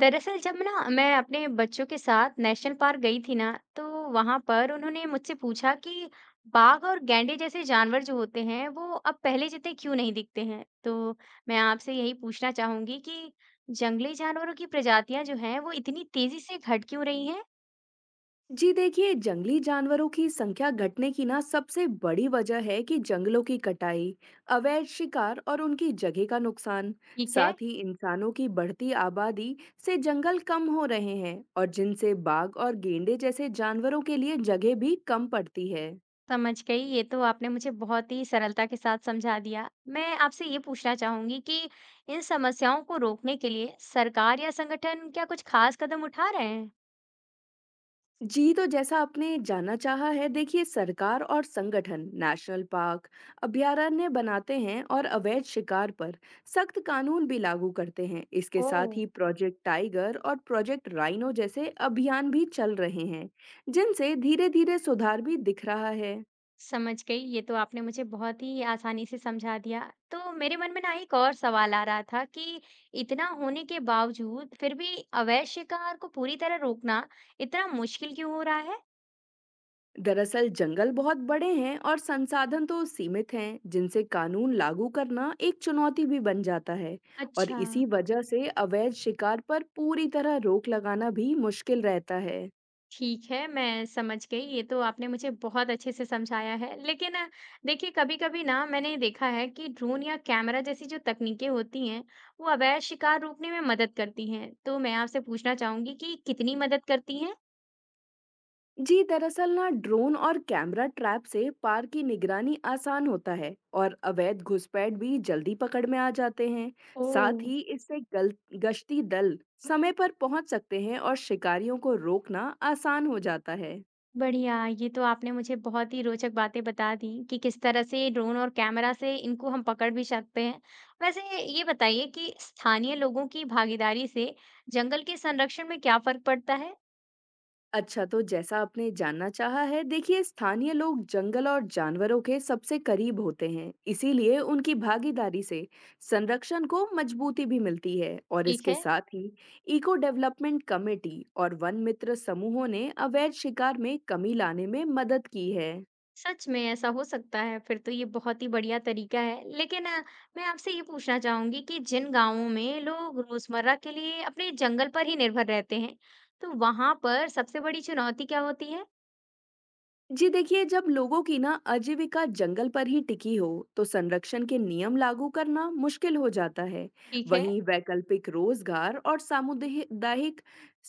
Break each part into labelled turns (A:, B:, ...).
A: दरअसल जब ना मैं अपने बच्चों के साथ नेशनल पार्क गई थी ना। तो वहां पर उन्होंने मुझसे पूछा कि बाघ और गैंडे जैसे जानवर जो होते हैं वो अब पहले जितने क्यों नहीं दिखते हैं। तो मैं आपसे यही पूछना चाहूंगी कि जंगली जानवरों की प्रजातियां जो हैं वो इतनी तेजी से घट क्यों रही हैं।
B: जी देखिए, जंगली जानवरों की संख्या घटने की ना सबसे बड़ी वजह है कि जंगलों की कटाई, अवैध शिकार और उनकी जगह का नुकसान।
A: ठीक है।
B: साथ ही इंसानों की बढ़ती आबादी से जंगल कम हो रहे हैं और जिनसे बाघ और गेंडे जैसे जानवरों के लिए जगह भी कम पड़ती है।
A: समझ गई, ये तो आपने मुझे बहुत ही सरलता के साथ समझा दिया। मैं आपसे ये पूछना चाहूंगी कि इन समस्याओं को रोकने के लिए सरकार या संगठन क्या कुछ खास कदम उठा रहे हैं।
B: जी, तो जैसा आपने जानना चाहा है, देखिए सरकार और संगठन नेशनल पार्क, अभयारण्य बनाते हैं और अवैध शिकार पर सख्त कानून भी लागू करते हैं। इसके
A: ओ।
B: साथ ही प्रोजेक्ट टाइगर और प्रोजेक्ट राइनो जैसे अभियान भी चल रहे हैं, जिनसे धीरे-धीरे सुधार भी दिख रहा है।
A: समझ गई, ये तो आपने मुझे बहुत ही आसानी से समझा दिया। तो मेरे मन में ना एक और सवाल आ रहा था कि इतना होने के बावजूद फिर भी अवैध शिकार को पूरी तरह रोकना इतना मुश्किल क्यों हो रहा है?
B: दरअसल जंगल बहुत बड़े हैं और संसाधन तो सीमित हैं, जिनसे कानून लागू करना एक चुनौती भी बन जाता है। और
A: अच्छा।
B: इसी वजह से अवैध शिकार पर पूरी तरह रोक लगाना भी मुश्किल रहता है।
A: ठीक है, मैं समझ गई। ये तो आपने मुझे बहुत अच्छे से समझाया है। देखिए, कभी-कभी ना मैंने देखा है कि ड्रोन या कैमरा जैसी जो तकनीकें होती हैं, वो अवैध शिकार रोकने में मदद करती हैं। तो मैं आपसे पूछना चाहूंगी कि कितनी मदद करती हैं?
B: जी दरअसल ना ड्रोन और कैमरा ट्रैप से पार की निगरानी आसान होता है और अवैध घुसपैठ भी जल्दी पकड़ में आ जाते हैं।
A: ओ।
B: साथ ही इससे गल गश्ती दल समय पर पहुंच सकते हैं और शिकारियों को रोकना आसान हो जाता है।
A: बढ़िया, ये तो आपने मुझे बहुत ही रोचक बातें बता दी कि किस तरह से ड्रोन और कैमरा से इनको हम पकड़ भी सकते हैं। वैसे ये बताइए कि स्थानीय लोगों की भागीदारी से जंगल के संरक्षण में क्या फर्क पड़ता है?
B: अच्छा, तो जैसा आपने जानना चाहा है, देखिए स्थानीय लोग जंगल और जानवरों के सबसे करीब होते हैं, इसीलिए उनकी भागीदारी से संरक्षण को मजबूती भी मिलती है। और
A: ठीक
B: इसके
A: है।
B: साथ ही इको डेवलपमेंट कमेटी और वन मित्र समूहों ने अवैध शिकार में कमी लाने में मदद की है।
A: सच में ऐसा हो सकता है, फिर तो ये बहुत ही बढ़िया तरीका है। मैं आपसे ये पूछना चाहूंगी कि जिन गांवों में लोग रोजमर्रा के लिए अपने जंगल पर ही निर्भर रहते हैं, तो वहां पर सबसे बड़ी चुनौती क्या होती है।
B: जी देखिए, जब लोगों की ना आजीविका जंगल पर ही टिकी हो, तो संरक्षण के नियम लागू करना मुश्किल हो जाता है।
A: ठीक है।
B: वहीं वैकल्पिक रोजगार और सामुदायिक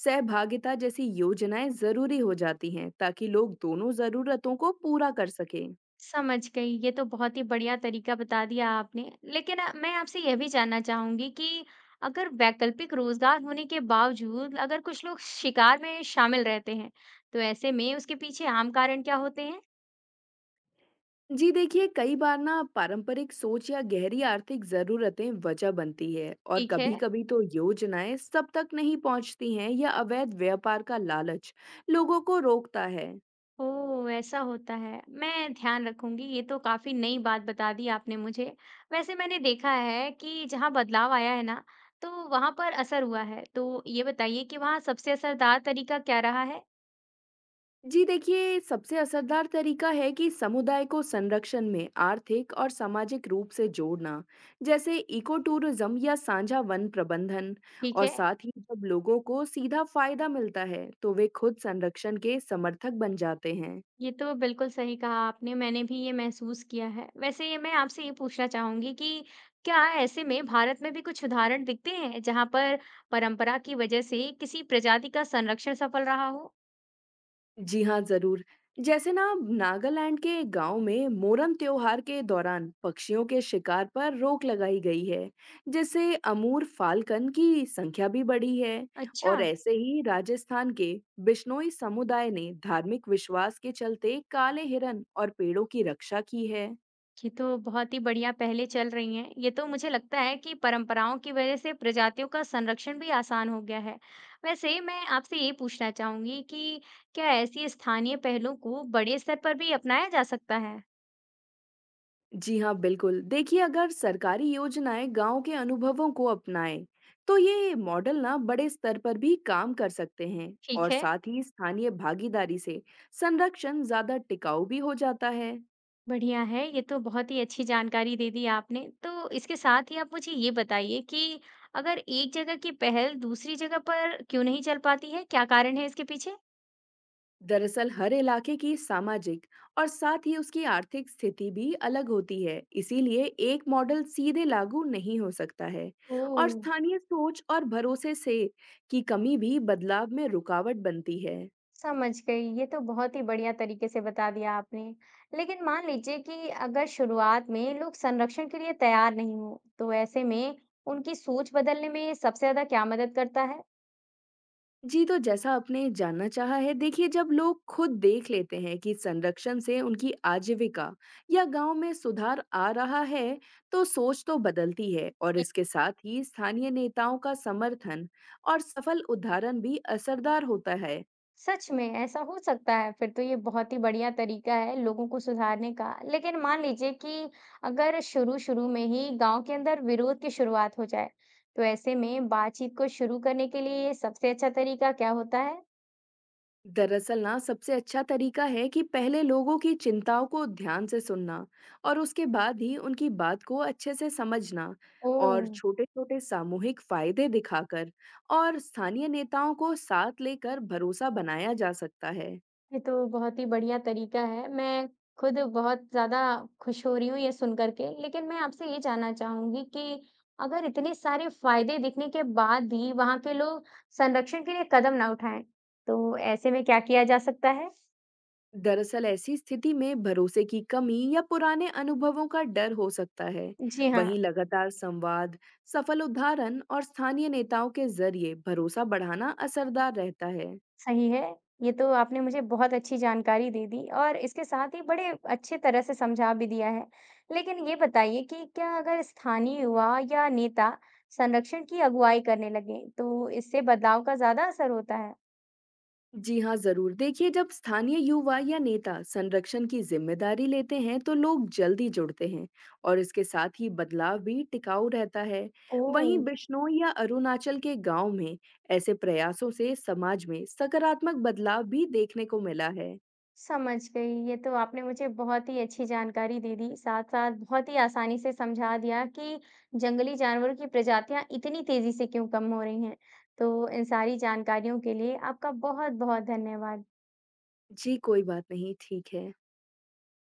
B: सहभागिता जैसी योजनाएं जरूरी हो जाती हैं, ताकि लोग दोनों जरूरतों को पूरा कर सकें।
A: समझ गई। ये तो बहुत ही बढ़िया तरीका बता दिया आपने। मैं आपसे यह भी जानना चाहूँगी कि अगर वैकल्पिक रोज़गार होने के बावजूद अगर कुछ लोग शिकार में शामिल रहते हैं, तो ऐसे में उसके पीछे आम कारण क्या होते हैं?
B: जी देखिए, कई बार ना पारंपरिक सोच या गहरी आर्थिक जरूरतें वजह बनती है और
A: ठीक है।
B: कभी-कभी तो योजनाएं सब तक नहीं पहुंचती हैं या अवैध व्यापार का लालच लोगों को रोकता है।
A: ओह! ऐसा होता है। मैं ध्यान रखूँगी। ये तो काफ़ी नई बात बता दी आपने मुझे। वैसे मैंने देखा है कि जहाँ बदलाव आया है ना, तो वहाँ पर असर हुआ है। तो ये बताइए कि वहाँ सबसे असरदार तरीका क्या रहा है?
B: जी देखिए, सबसे असरदार तरीका है कि समुदाय को संरक्षण में आर्थिक और सामाजिक रूप से जोड़ना, जैसे इको टूरिज्म या साझा वन प्रबंधन।
A: ठीक
B: और
A: है।
B: साथ ही जब लोगों को सीधा फायदा मिलता है, तो वे खुद संरक्षण के समर्थक बन जाते हैं।
A: ये तो बिल्कुल सही कहा आपने, मैंने भी ये महसूस किया है। वैसे ये मैं आपसे ये पूछना चाहूँगी कि क्या ऐसे में भारत में भी कुछ उदाहरण दिखते हैं, जहाँ पर परंपरा की वजह से किसी प्रजाति का संरक्षण सफल रहा हो?
B: जी हाँ, ज़रूर। जैसे ना नागालैंड के गाँव में मोरम त्योहार के दौरान पक्षियों के शिकार पर रोक लगाई गई है, जिससे अमूर फाल्कन की संख्या भी बढ़ी है।
A: अच्छा,
B: और ऐसे ही राजस्थान के बिश्नोई समुदाय ने धार्मिक विश्वास के चलते काले हिरन और पेड़ों की रक्षा की है।
A: ये तो बहुत ही बढ़िया पहलें चल रही हैं। ये तो मुझे लगता है कि परंपराओं की वजह से प्रजातियों का संरक्षण भी आसान हो गया है। वैसे मैं आपसे ये पूछना चाहूँगी कि क्या ऐसी स्थानीय पहलों को बड़े स्तर पर भी अपनाया जा सकता है?
B: जी हाँ, बिल्कुल। देखिए, अगर सरकारी योजनाएँ गाँव के अनुभवों को अपनाएँ, तो ये मॉडल ना बड़े स्तर पर भी काम कर सकते हैं।
A: ठीक
B: और
A: है।
B: साथ ही स्थानीय भागीदारी से संरक्षण ज़्यादा टिकाऊ भी हो जाता है।
A: बढ़िया है, ये तो बहुत ही अच्छी जानकारी दे दी आपने। तो इसके साथ ही आप मुझे ये बताइए कि अगर एक जगह की पहल दूसरी जगह पर क्यों नहीं चल पाती है? क्या कारण है इसके पीछे?
B: दरअसल हर इलाके की सामाजिक और साथ ही उसकी आर्थिक स्थिति भी अलग होती है, इसीलिए एक मॉडल सीधे लागू नहीं हो सकता है। और
A: ओह!
B: स्थानीय सोच और भरोसे से की कमी भी बदलाव में रुकावट बनती है।
A: समझ गई, ये तो बहुत ही बढ़िया तरीके से बता दिया आपने। लेकिन मान लीजिए कि अगर शुरुआत में लोग संरक्षण के लिए तैयार नहीं हों, तो ऐसे में उनकी सोच बदलने में सबसे ज़्यादा क्या मदद करता है?
B: जी, तो जैसा आपने जानना चाहा है, देखिए जब लोग खुद देख लेते हैं कि संरक्षण से उनकी आजीविका या गांव में सुधार आ रहा है, तो सोच तो बदलती है। और इसके साथ ही स्थानीय नेताओं का समर्थन और सफल उदाहरण भी असरदार होता है।
A: सच में ऐसा हो सकता है, फिर तो ये बहुत ही बढ़िया तरीका है लोगों को सुधारने का। लेकिन मान लीजिए कि अगर शुरू शुरू में ही गांव के अंदर विरोध की शुरुआत हो जाए, तो ऐसे में बातचीत को शुरू करने के लिए सबसे अच्छा तरीका क्या होता है।
B: दरअसल ना सबसे अच्छा तरीका है कि पहले लोगों की चिंताओं को ध्यान से सुनना और उसके बाद ही उनकी बात को अच्छे से समझना।
A: ओ।
B: और छोटे छोटे सामूहिक फायदे दिखाकर और स्थानीय नेताओं को साथ लेकर भरोसा बनाया जा सकता है।
A: ये तो बहुत ही बढ़िया तरीका है। मैं खुद बहुत ज़्यादा खुश हो रही हूँ ये सुन कर के। लेकिन मैं आपसे ये जानना चाहूँगी कि अगर इतने सारे फ़ायदे दिखने के बाद भी वहाँ के लोग संरक्षण के लिए कदम ना उठाएँ, तो ऐसे में क्या किया जा सकता है?
B: दरअसल ऐसी स्थिति में भरोसे की कमी या पुराने अनुभवों का डर हो सकता है।
A: जी हाँ।
B: वहीं लगातार संवाद, सफल उदाहरण और स्थानीय नेताओं के जरिए भरोसा बढ़ाना असरदार रहता है।
A: सही है। ये तो आपने मुझे बहुत अच्छी जानकारी दे दी और इसके साथ ही बड़े अच्छे तरह से समझा भी दिया है। लेकिन ये बताइए कि क्या अगर स्थानीय युवा या नेता संरक्षण की अगुवाई करने लगें, तो इससे बदलाव का ज़्यादा असर होता है?
B: जी हाँ, जरूर। देखिए, जब स्थानीय युवा या नेता संरक्षण की जिम्मेदारी लेते हैं, तो लोग जल्दी जुड़ते हैं और इसके साथ ही बदलाव भी टिकाऊ रहता है।
A: ओह!
B: वहीं बिश्नोई या अरुणाचल के गांव में ऐसे प्रयासों से समाज में सकारात्मक बदलाव भी देखने को मिला है।
A: समझ गई। ये तो आपने मुझे बहुत ही अच्छी जानकारी दे दी। साथ-साथ बहुत ही आसानी से समझा दिया कि जंगली जानवरों की प्रजातियाँ इतनी तेज़ी से क्यों कम हो रही हैं। तो इन सारी जानकारियों के लिए आपका बहुत-बहुत धन्यवाद।
B: जी, कोई बात नहीं। ठीक है।